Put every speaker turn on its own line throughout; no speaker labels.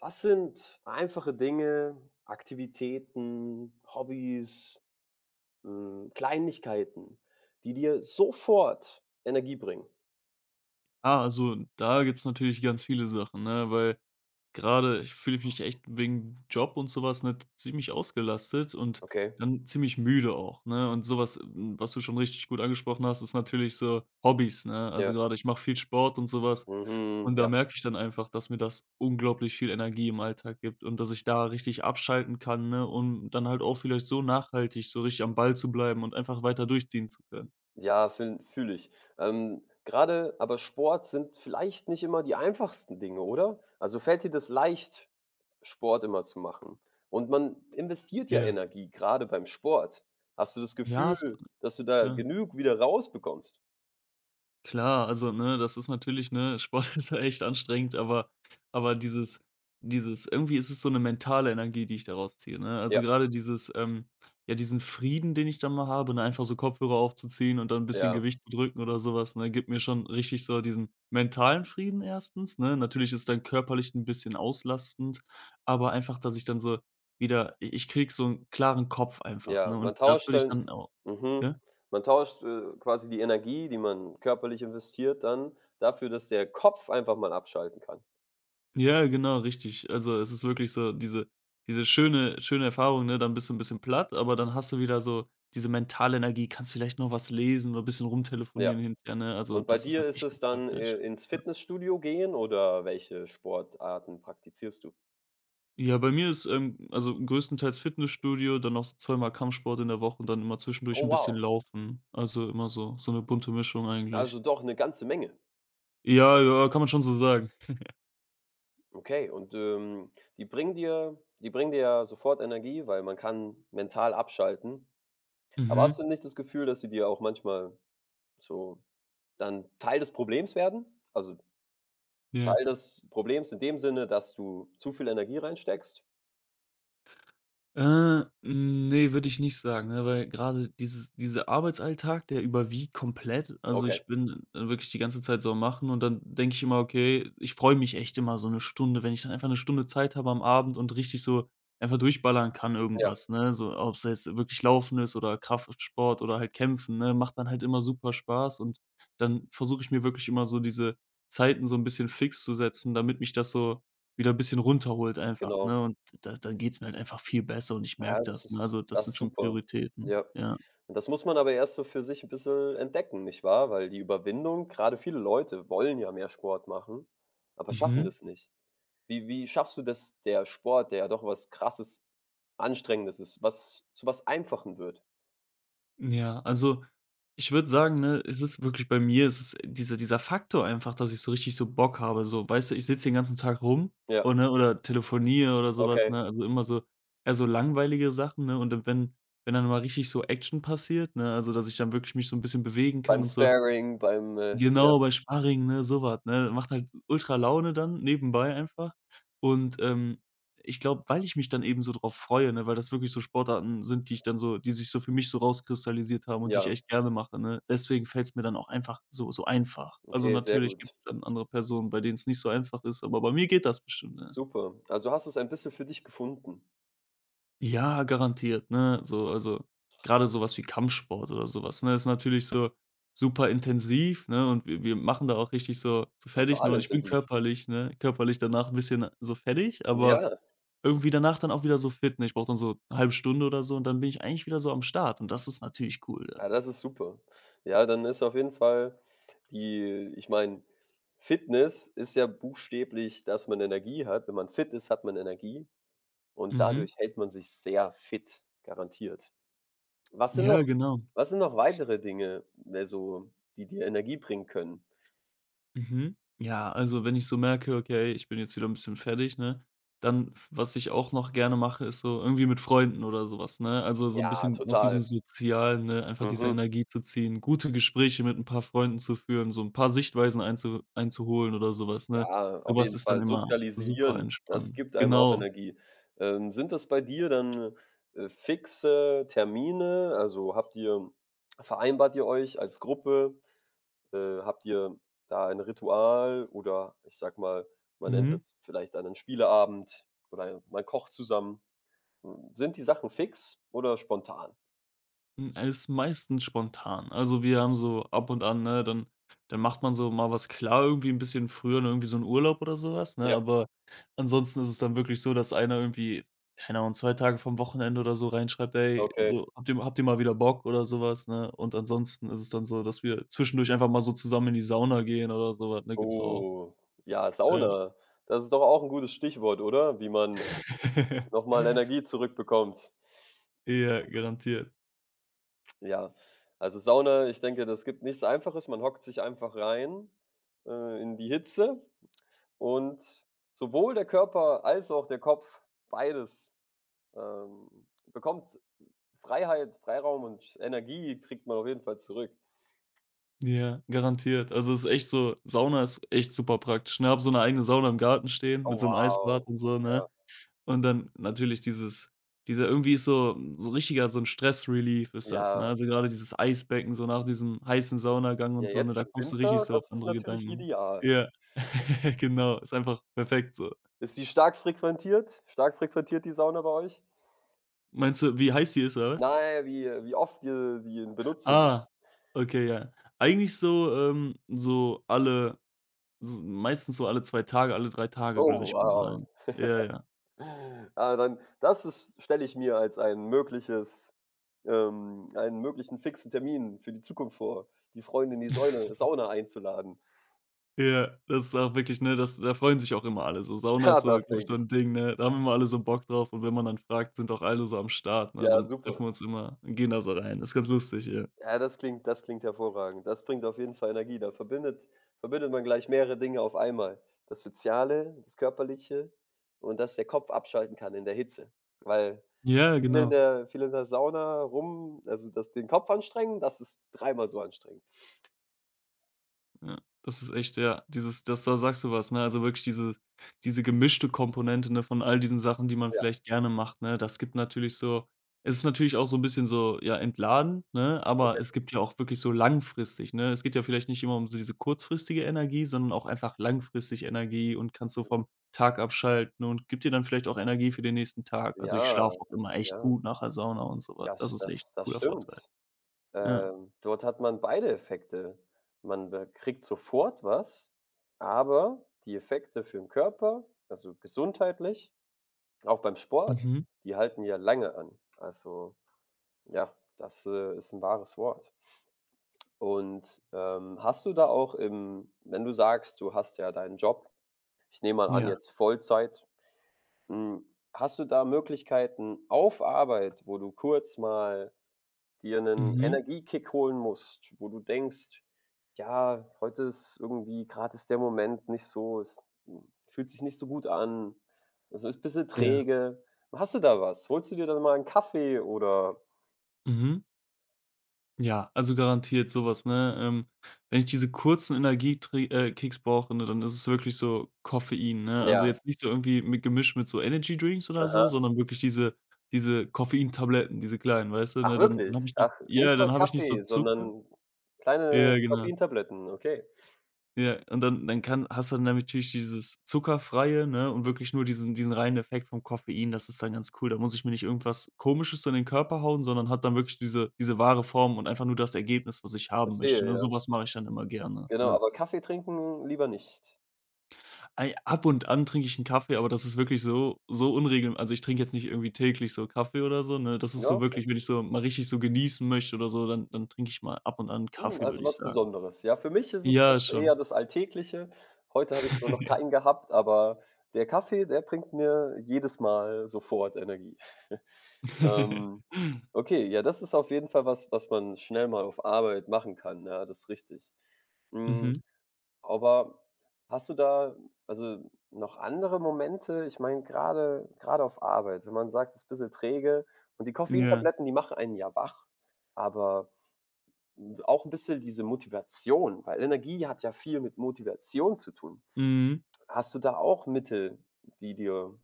Was sind einfache Dinge, Aktivitäten, Hobbys, Kleinigkeiten, die dir sofort Energie bringen?
Ah, also da gibt's natürlich ganz viele Sachen, ne? Weil gerade ich fühle mich echt wegen Job und sowas was, ne, ziemlich ausgelastet und
Okay,
dann ziemlich müde auch, ne? Und sowas, was du schon richtig gut angesprochen hast, ist natürlich so Hobbys, ne? Also
ja.
gerade ich mache viel Sport und sowas
Mhm,
und da
ja.
merke ich dann einfach, dass mir das unglaublich viel Energie im Alltag gibt und dass ich da richtig abschalten kann, ne? Um dann halt auch vielleicht so nachhaltig so richtig am Ball zu bleiben und einfach weiter durchziehen zu können.
Ja, fühle ich. Grade aber Sport sind vielleicht nicht immer die einfachsten Dinge, oder? Also, fällt dir das leicht, Sport immer zu machen? Und man investiert ja
Ja.
Energie, gerade beim Sport. Hast du das
Ja, ist
Gefühl, dass du da
klar.
genug wieder rausbekommst?
Klar, also, ne, das ist natürlich ne, Sport ist ja echt anstrengend, aber dieses irgendwie ist es so eine mentale Energie, die ich daraus ziehe, ne? Also,
Ja,
gerade dieses, ja, diesen Frieden, den ich dann mal habe, ne, einfach so Kopfhörer aufzuziehen und dann ein bisschen
ja.
Gewicht zu drücken oder sowas, ne, gibt mir schon richtig so diesen mentalen Frieden erstens, ne? Natürlich ist dann körperlich ein bisschen auslastend, aber einfach, dass ich dann so wieder i ich kriege so einen klaren Kopf einfach,
Ja,
ne?
man
Und das
tauscht
würde ich
dann
dann auch.
mhm, man tauscht, quasi die Energie, die man körperlich investiert dann dafür, dass der Kopf einfach mal abschalten kann.
Ja, genau, richtig. Also, es ist wirklich so diese diese schöne schöne Erfahrung, ne? Dann bist du ein bisschen platt, aber dann hast du wieder so diese mentale Energie, kannst vielleicht noch was lesen oder ein bisschen
Ja.
rumtelefonieren hinterher, ne? Also,
Und bei
das ist
dir ist
natürlich
es
ganz
dann,
praktisch.
ins Fitnessstudio gehen oder welche Sportarten praktizierst du?
Ja, bei mir ist, also, größtenteils Fitnessstudio, dann noch so zweimal Kampfsport in der Woche und dann immer zwischendurch
Oh
ein bisschen
wow,
Laufen. Also, immer so so eine bunte Mischung
also
eigentlich.
doch eine ganze Menge.
Ja, ja, kann man schon so sagen.
Okay und, die bringen dir ja sofort Energie, weil man kann mental abschalten. Aber hast
Mhm,
du nicht das Gefühl, dass sie dir auch manchmal so dann Teil des Problems werden? Also
ja.
Teil des Problems in dem Sinne, dass du zu viel Energie reinsteckst?
Ne, würde ich nicht sagen, ne, weil gerade dieses dieser Arbeitsalltag, der überwiegt komplett. Also,
Okay,
ich bin, wirklich die ganze Zeit so am Machen und dann denke ich immer: „Okay“, ich freue mich echt immer so 1 Stunde, wenn ich dann einfach 1 Stunde Zeit habe am Abend und richtig so einfach durchballern kann
ja,
irgendwas, ne? So, ob's jetzt wirklich Laufen ist oder Kraftsport oder halt Kämpfen, ne? Macht dann halt immer super Spaß und dann versuche ich mir wirklich immer so diese Zeiten so 'n bisschen fix zu setzen, damit mich das so wieder ein bisschen runterholt einfach,
genau.
ne? Und da dann geht's mir halt einfach viel besser und ich
Ah,
merke das, ne? Also, das
das ist
sind schon
super.
Prioritäten,
Ja.
ja.
Und das muss man aber erst so für sich ein bisschen entdecken, nicht wahr? Weil die Überwindung gerade viele Leute wollen ja mehr Sport machen, aber schaffen
Mhm.
das nicht. Wie schaffst du das? Der Sport, der ja doch was Krasses, Anstrengendes ist, was zu was Einfachen wird?
Ja, also, ich würde sagen, ne, es ist wirklich bei mir, es ist dieser Faktor einfach, dass ich so richtig so Bock habe, so, weißt du? Ich sitze den ganzen Tag rum
Ja,
und ne, oder telefoniere oder sowas,
okay.
ne? Also, immer so eher so langweilige Sachen, ne? Und dann, wenn dann mal richtig so Action passiert, ne, also, dass ich dann wirklich mich so ein bisschen bewegen
Beim
kann und so.
Sparring, beim, ja,
Genau, bei Sparring, ne, so was, ne? Macht halt ultra Laune dann nebenbei einfach. Und, ich glaube, weil ich mich dann eben so drauf freue, ne, weil das wirklich so Sportarten sind, die sich so für mich so rauskristallisiert haben und die ich
ja,
echt gerne mache, ne? Deswegen fällt's mir dann auch einfach so so einfach. Also,
okay, sehr
natürlich
gut.
gibt's dann andere Personen, bei denen's nicht so einfach ist, aber bei mir geht das bestimmt, ne?
Super. Also, hast du es ein bisschen für dich gefunden.
Ja, garantiert, ne? So, also, gerade sowas wie Kampfsport oder sowas, ne, ist natürlich so super intensiv, ne, und wir machen da auch richtig so so fertig, ne,
Total
und ich bin
intensiv.
körperlich, ne, körperlich danach ein bisschen so fertig, aber
Ja,
irgendwie danach dann auch wieder so fit, ne? Ich brauche dann so eine halbe Stunde oder so und dann bin ich eigentlich wieder so am Start und das ist natürlich cool dann.
ja, das ist super. Ja, dann ist auf jeden Fall die ich meine, Fitness ist ja buchstäblich, dass man Energie hat. Wenn man fit ist, hat man Energie und
Mhm.
dadurch hält man sich sehr fit, garantiert. Was sind
Ja,
noch
genau.
Was sind noch weitere Dinge, ne, so, die dir Energie bringen können?
Mhm. Ja, also wenn ich so merke: „Okay, ich bin jetzt wieder ein bisschen fertig“, ne? Dann f- was ich auch noch gerne mache, ist so irgendwie mit Freunden oder sowas, ne? Also, so ein
Ja,
bisschen aus diesem
total.
Sozialen, ne, einfach diese
Mhm.
Energie zu ziehen, gute Gespräche mit ein paar Freunden zu führen, so ein paar Sichtweisen einzuholen oder sowas, ne?
Ja, auf
Sowas
jeden
ist dann
Fall.
immer super
Sozialisieren, das
entspannend.
gibt einem auch
Genau.
Energie. Sind das bei dir dann, fixe Termine? Also, habt ihr vereinbart ihr euch als Gruppe? Habt ihr da ein Ritual oder ich sag mal, man nennt
Mhm.
es vielleicht einen Spieleabend oder man kocht zusammen. Sind die Sachen fix oder spontan?
Hm, ist meistens spontan. Also, wir haben so ab und an, ne, dann dann macht man so mal was klar, irgendwie ein bisschen früher, ne, irgendwie so einen Urlaub oder sowas, ne?
Ja,
Aber ansonsten ist es dann wirklich so, dass einer irgendwie, keine Ahnung, 2 Tage vom Wochenende oder so reinschreibt: „Ey,
okay.
so, habt ihr mal wieder Bock?“ oder sowas, ne? Und ansonsten ist es dann so, dass wir zwischendurch einfach mal so zusammen in die Sauna gehen oder sowas was, ne? Gibt's auch.
Oh, ja,
Ja.
Sauna. Das ist doch auch ein gutes Stichwort, oder? Wie man noch mal Energie zurückbekommt.
Ja, garantiert.
Ja, also Sauna, ich denke, das gibt nichts Einfaches. Man hockt sich einfach rein, in die Hitze und sowohl der Körper als auch der Kopf, beides, bekommt Freiheit, Freiraum und Energie kriegt man auf jeden Fall zurück.
Ja, garantiert. Also, es ist echt so, Sauna ist echt super praktisch, ne? Habe so eine eigene Sauna im Garten stehen
Oh,
mit so einem
wow.
Eisbad und so,
Ja,
ne? Und dann natürlich dieses dieser irgendwie ist so so richtiger so ein Stress-Relief ist das, ne?
ja.
Also, gerade dieses Eisbecken so nach diesem heißen Saunagang
Ja,
und so, ne,
jetzt
da
im
kommst du richtig
Winter,
so auf
das ist
andere
natürlich
Gedanken.
ideal.
Ja, genau, ist einfach perfekt so.
Ist die stark frequentiert? Stark frequentiert die Sauna bei euch?
Meinst du, wie heiß die ist oder was?
Nein. Wie oft die die in Benutzung ist.
Ah, okay, ja. Eigentlich so so alle so meistens so alle 2 Tage, alle 3 Tage, glaube
Oh,
ich mal
wow.
sagen. Ja, ja.
Ah, dann das ist stelle ich mir als ein mögliches einen möglichen fixen Termin für die Zukunft vor, die Freunde in die Säune Sauna einzuladen.
Ja, das ist auch wirklich, ne, das, da freuen sich auch immer alle. So Sauna
Ja,
ist so,
das
glaube ich,
denke
so
ich.
ein Ding, ne? Da haben immer alle so Bock drauf und wenn man dann fragt, sind auch alle so am Start, ne?
Ja,
Dann treffen
super.
wir uns immer und gehen da so rein. Das ist ganz lustig, ja.
Ja, das klingt hervorragend. Das bringt auf jeden Fall Energie. Da verbindet man gleich mehrere Dinge auf einmal. Das Soziale, das Körperliche und dass der Kopf abschalten kann in der Hitze. Weil
Ja, genau.
viele in der Sauna rum also, das den Kopf anstrengen, das ist dreimal so anstrengend.
Ja, das ist echt, ja, dieses, das, da sagst du was, ne? Also wirklich diese diese gemischte Komponente, ne, von all diesen Sachen, die man
Ja,
vielleicht gerne macht, ne? Das gibt natürlich so, es ist natürlich auch so ein bisschen so, ja, entladen, ne, aber
okay.
es gibt ja auch wirklich so langfristig, ne? Es geht ja vielleicht nicht immer um so diese kurzfristige Energie, sondern auch einfach langfristig Energie und kannst so vom Tag abschalten und gibt dir dann vielleicht auch Energie für den nächsten Tag. Also, ich
Ja,
schlafe auch immer echt
ja,
gut nach der Sauna und so was. Das
das
ist echt
das
'n
das
cooler Vorteil.
stimmt.
Ja.
Dort hat man beide Effekte. Man be kriegt sofort was, aber die Effekte für den Körper, also gesundheitlich, auch beim Sport,
Mhm.
die halten ja lange an. Also, ja, das, ist ein wahres Wort. Und, hast du da auch im wenn du sagst, du hast ja deinen Job, ich nehme mal an,
Ja.
jetzt Vollzeit, hm, hast du da Möglichkeiten auf Arbeit, wo du kurz mal dir 'nen
Mhm.
Energiekick holen musst, wo du denkst: „Ja, heute ist irgendwie grad ist der Moment nicht so es hm, fühlt sich nicht so gut an. Also, ist bisschen
Ja.
träge.“ Hast du da was? Holst du dir dann mal 'n Kaffee oder
Mhm. Ja, also garantiert sowas, ne? Wenn ich diese kurzen Energietrink Kicks brauche, ne, dann ist es wirklich so Koffein, ne? Also,
ja,
jetzt nicht so irgendwie mit gemischt mit so Energy Drinks oder so,
aha.
sondern wirklich diese Koffeintabletten, diese kleinen, weißt du,
Ach
ne? Dann
wirklich?
dann habe ich
Ach,
nicht
nicht
ja,
mal
dann habe ich nicht so
Kaffee,
Zucker,
sondern
ja,
kleine
genau.
Koffeintabletten, okay.
Ja, und dann dann kann hast du dann natürlich dieses Zuckerfreie, ne, und wirklich nur diesen reinen Effekt vom Koffein. Das ist dann ganz cool. Da muss ich mir nicht irgendwas Komisches so in den Körper hauen, sondern hat dann wirklich diese diese wahre Form und einfach nur das Ergebnis, was ich haben
Verstehe,
möchte, ne?
ja.
Sowas mache ich dann immer gerne,
Genau,
ja.
aber Kaffee trinken lieber nicht.
Ei, ab und an trinke ich einen Kaffee, aber das ist wirklich so so unregel also, ich trinke jetzt nicht irgendwie täglich so Kaffee oder so, ne? Das ist
Ja,
so
okay.
wirklich, wenn ich so mal richtig so genießen möchte oder so, dann dann trinke ich mal ab und an 'n
Hm,
Kaffee,
also
würde ich
was
sagen.
Besonderes. Ja, für mich ist es das
Ja,
eher
schon.
das Alltägliche. Heute habe ich zwar noch
Ja.
keinen gehabt, aber der Kaffee, der bringt mir jedes Mal sofort Energie. Ähm, okay, ja, das ist auf jeden Fall was, was man schnell mal auf Arbeit machen kann. Ja, das ist richtig. Hm,
Mhm.
aber hast du da, also noch andere Momente? Ich meine, gerade auf Arbeit, wenn man sagt, es ist ein bisschen träge und die
Ja.
Koffeintabletten, die machen einen ja wach, aber auch ein bisschen diese Motivation, weil Energie hat ja viel mit Motivation zu tun.
Mhm,
Hast du da auch Mittel, die dir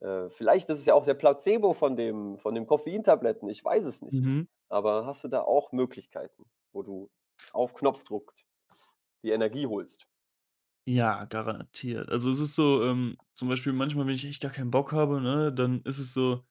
vielleicht ist es ja auch der Placebo von dem von den Koffeintabletten, ich weiß es nicht.
mhm.
Aber hast du da auch Möglichkeiten, wo du auf Knopfdruck die Energie holst?
Ja, garantiert. Also, es ist so, zum Beispiel manchmal, wenn ich echt gar keinen Bock habe, ne, dann ist es so,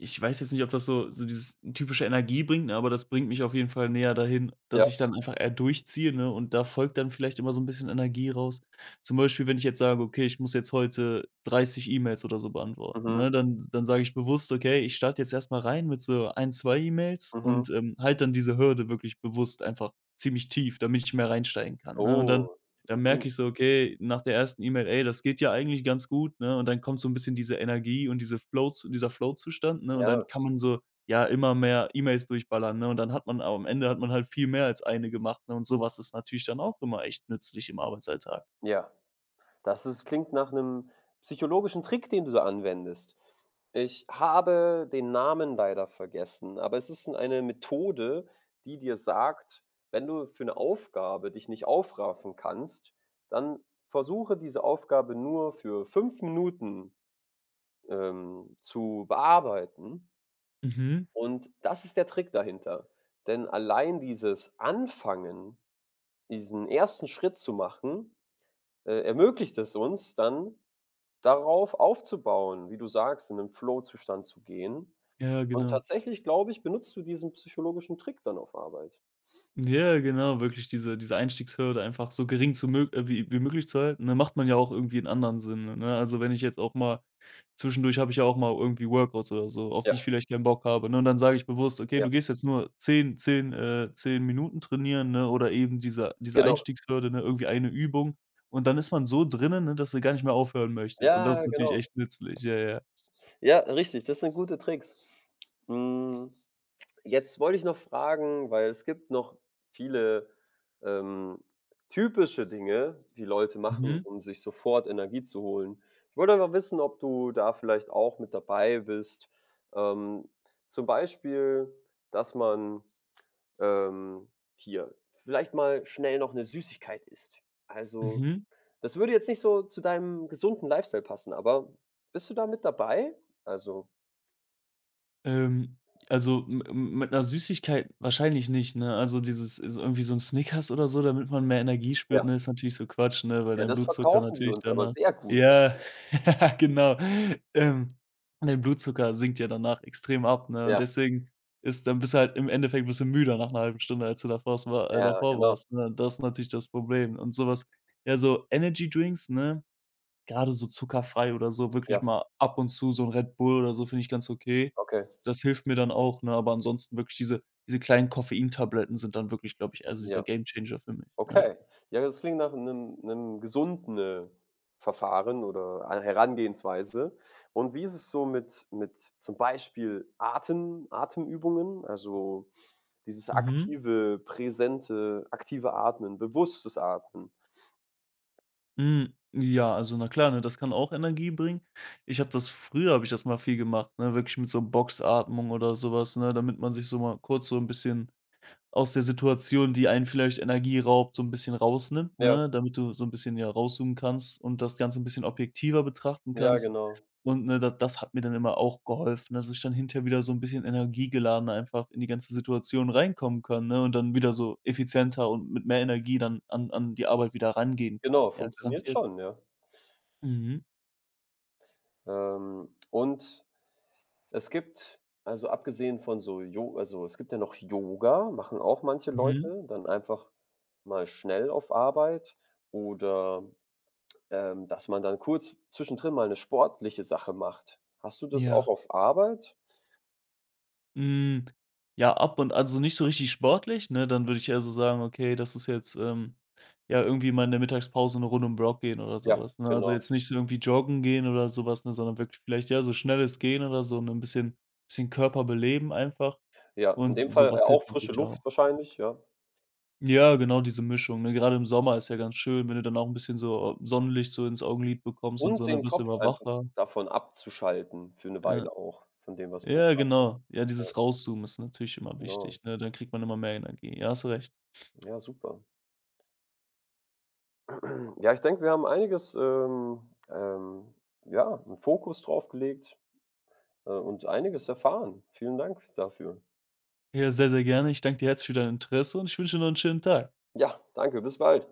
ich weiß jetzt nicht, ob das so so dieses typische Energie bringt, ne, aber das bringt mich auf jeden Fall näher dahin,
Ja.
dass ich dann einfach eher durchziehe, ne, und da folgt dann vielleicht immer so ein bisschen Energie raus. Zum Beispiel, wenn ich jetzt sage: „Okay, ich muss jetzt heute 30 E-Mails oder so beantworten“,
Mhm,
ne, dann sage ich bewusst: „Okay, ich starte jetzt erstmal rein mit so ein, 2 E-Mails
mhm.
und, halte dann diese Hürde wirklich bewusst einfach ziemlich tief, damit ich mehr reinsteigen kann“, ne? Und dann
Oh.
Dann
Mhm.
merke ich so, okay, nach der ersten E-Mail: „Ey, das geht ja eigentlich ganz gut“, ne? Und dann kommt so ein bisschen diese Energie und dieser Flow-Zustand, ne? Und dann
Ja,
kann man so, ja, immer mehr E-Mails durchballern, ne? Und dann hat man, aber am Ende hat man halt viel mehr als eine gemacht, ne? Und sowas ist natürlich dann auch immer echt nützlich im Arbeitsalltag.
ja. Das ist klingt nach einem psychologischen Trick, den du da anwendest. Ich habe den Namen leider vergessen, aber es ist eine Methode, die dir sagt, wenn du für eine Aufgabe dich nicht aufraffen kannst, dann versuche diese Aufgabe nur für 5 Minuten, zu bearbeiten.
Mhm.
Und das ist der Trick dahinter. Denn allein dieses Anfangen, diesen ersten Schritt zu machen, ermöglicht es uns dann darauf aufzubauen, wie du sagst, in einen Flow-Zustand zu gehen.
Ja,
Und
genau.
tatsächlich, glaube ich, benutzt du diesen psychologischen Trick dann auf Arbeit.
Ja, genau, wirklich diese diese Einstiegshürde einfach so gering zu mög wie wie möglich zu halten, ne? Macht man ja auch irgendwie in anderen Sinne, ne? Also, wenn ich jetzt auch mal zwischendurch habe ich ja auch mal irgendwie Workouts oder so, auf
Ja,
die ich vielleicht keinen Bock habe, ne? Und dann sage ich bewusst: „Okay,
ja,
du gehst jetzt nur zehn zehn 10 Minuten trainieren“, ne? Oder eben diese diese
genau.
Einstiegshürde, ne? Irgendwie eine Übung. Und dann ist man so drinnen, ne, dass du gar nicht mehr aufhören möchtest. Und das
Ja,
ist natürlich
genau.
echt nützlich. Ja, ja.
Ja, richtig, das sind gute Tricks. Hm, jetzt wollte ich noch fragen, weil es gibt noch viele, ähm, typische Dinge, die Leute machen,
Mhm.
um sich sofort Energie zu holen. Ich wollte aber wissen, ob du da vielleicht auch mit dabei bist. Ähm, Zum Beispiel, dass man ähm, hier vielleicht mal schnell noch eine Süßigkeit isst. Also,
Mhm.
das würde jetzt nicht so zu deinem gesunden Lifestyle passen, aber bist du da mit dabei? Also,
Ähm, also, m m mit einer Süßigkeit wahrscheinlich nicht, ne? Also, dieses ist irgendwie so ein Snickers oder so, damit man mehr Energie
ja,
spürt, ne, ist natürlich so Quatsch, ne, weil
ja,
dein
das
Blutzucker
verkaufen die
natürlich
uns aber
danach,
sehr gut.
ja, genau. Ähm, Dein Blutzucker sinkt ja danach extrem ab, ne, und
Ja,
deswegen ist dann, bist du halt im Endeffekt bist du müder nach einer halben Stunde, als du
ja,
davor
genau.
warst, ne? Das ist natürlich das Problem und sowas, ja, so Energy Drinks, ne, gerade so zuckerfrei oder so, wirklich
Ja,
mal ab und zu so 'n Red Bull oder so finde ich ganz okay.
okay.
Das hilft mir dann auch, ne? Aber ansonsten wirklich diese kleinen Koffeintabletten sind dann wirklich, glaube ich, also dieser
Ja.
Gamechanger für mich, ja.
Okay. Ja, das klingt nach 'nem 'nem gesunden, Verfahren oder einer Herangehensweise. Und wie ist es so mit zum Beispiel Atemübungen, also, dieses
Mhm.
aktive, aktive Atmen, bewusstes Atmen?
Hm, ja, also na klar, ne, das kann auch Energie bringen. Ich habe ich das mal viel gemacht, ne, wirklich mit so Boxatmung oder so was, ne, damit man sich so mal kurz so 'n bisschen aus der Situation, die einen vielleicht Energie raubt, so 'n bisschen rausnimmt,
Ja,
ne, damit du so 'n bisschen, ja, rauszoomen kannst und das Ganze 'n bisschen objektiver betrachten
ja,
kannst.
genau.
Und, ne, da, das hat mir dann immer auch geholfen, dass ich dann hinterher wieder so ein bisschen energiegeladen einfach in die ganze Situation reinkommen kann, ne, und dann wieder so effizienter und mit mehr Energie dann an die Arbeit wieder rangehen kann.
Genau,
Ja,
funktioniert
garantiert.
schon, ja.
Mhm,
Und es gibt also abgesehen von so Jo also, es gibt ja noch Yoga, machen auch manche Mhm.
mhm,
Leute, dann einfach mal schnell auf Arbeit oder, dass man dann kurz zwischendrin mal 'ne sportliche Sache macht. Hast du das auch
ja.
auf Arbeit?
Hm, ja, ab und, also nicht so richtig sportlich, ne? Dann würde ich eher so sagen: „Okay, das ist jetzt, ja, irgendwie mal in der Mittagspause eine Runde um 'n Block gehen“ oder
Ja,
sowas, ne? Also
genau.
jetzt nicht so irgendwie joggen gehen oder sowas, ne, sondern wirklich vielleicht, ja, so schnelles Gehen oder so, ne, ein bisschen Körper beleben einfach.
Ja, in
Und
dem Fall,
sowas
auch
hilft
frische
natürlich
Luft
auch.
wahrscheinlich, ja.
Ja, genau diese Mischung, ne? Grade im Sommer ist ja ganz schön, wenn du dann auch 'n bisschen so Sonnenlicht so ins Augenlid bekommst und
Und
so, dann
den
wirst du
Kopf
immer
einfach
wacher.
davon abzuschalten für 'ne
Ja.
Weile auch, von dem, was man
Ja, genau. Ja,
grade
dieses Rauszoomen ist natürlich immer
genau.
wichtig, ne? Dann kriegt man immer mehr Energie. Ja, hast recht.
Ja, super. Ja, ich denke, wir haben einiges, ähm, ja, 'n Fokus drauf gelegt, und einiges erfahren. Vielen Dank dafür.
Ja, sehr, sehr gerne. Ich danke dir herzlich für dein Interesse und ich wünsche dir noch 'n schönen Tag.
Ja, danke, bis bald.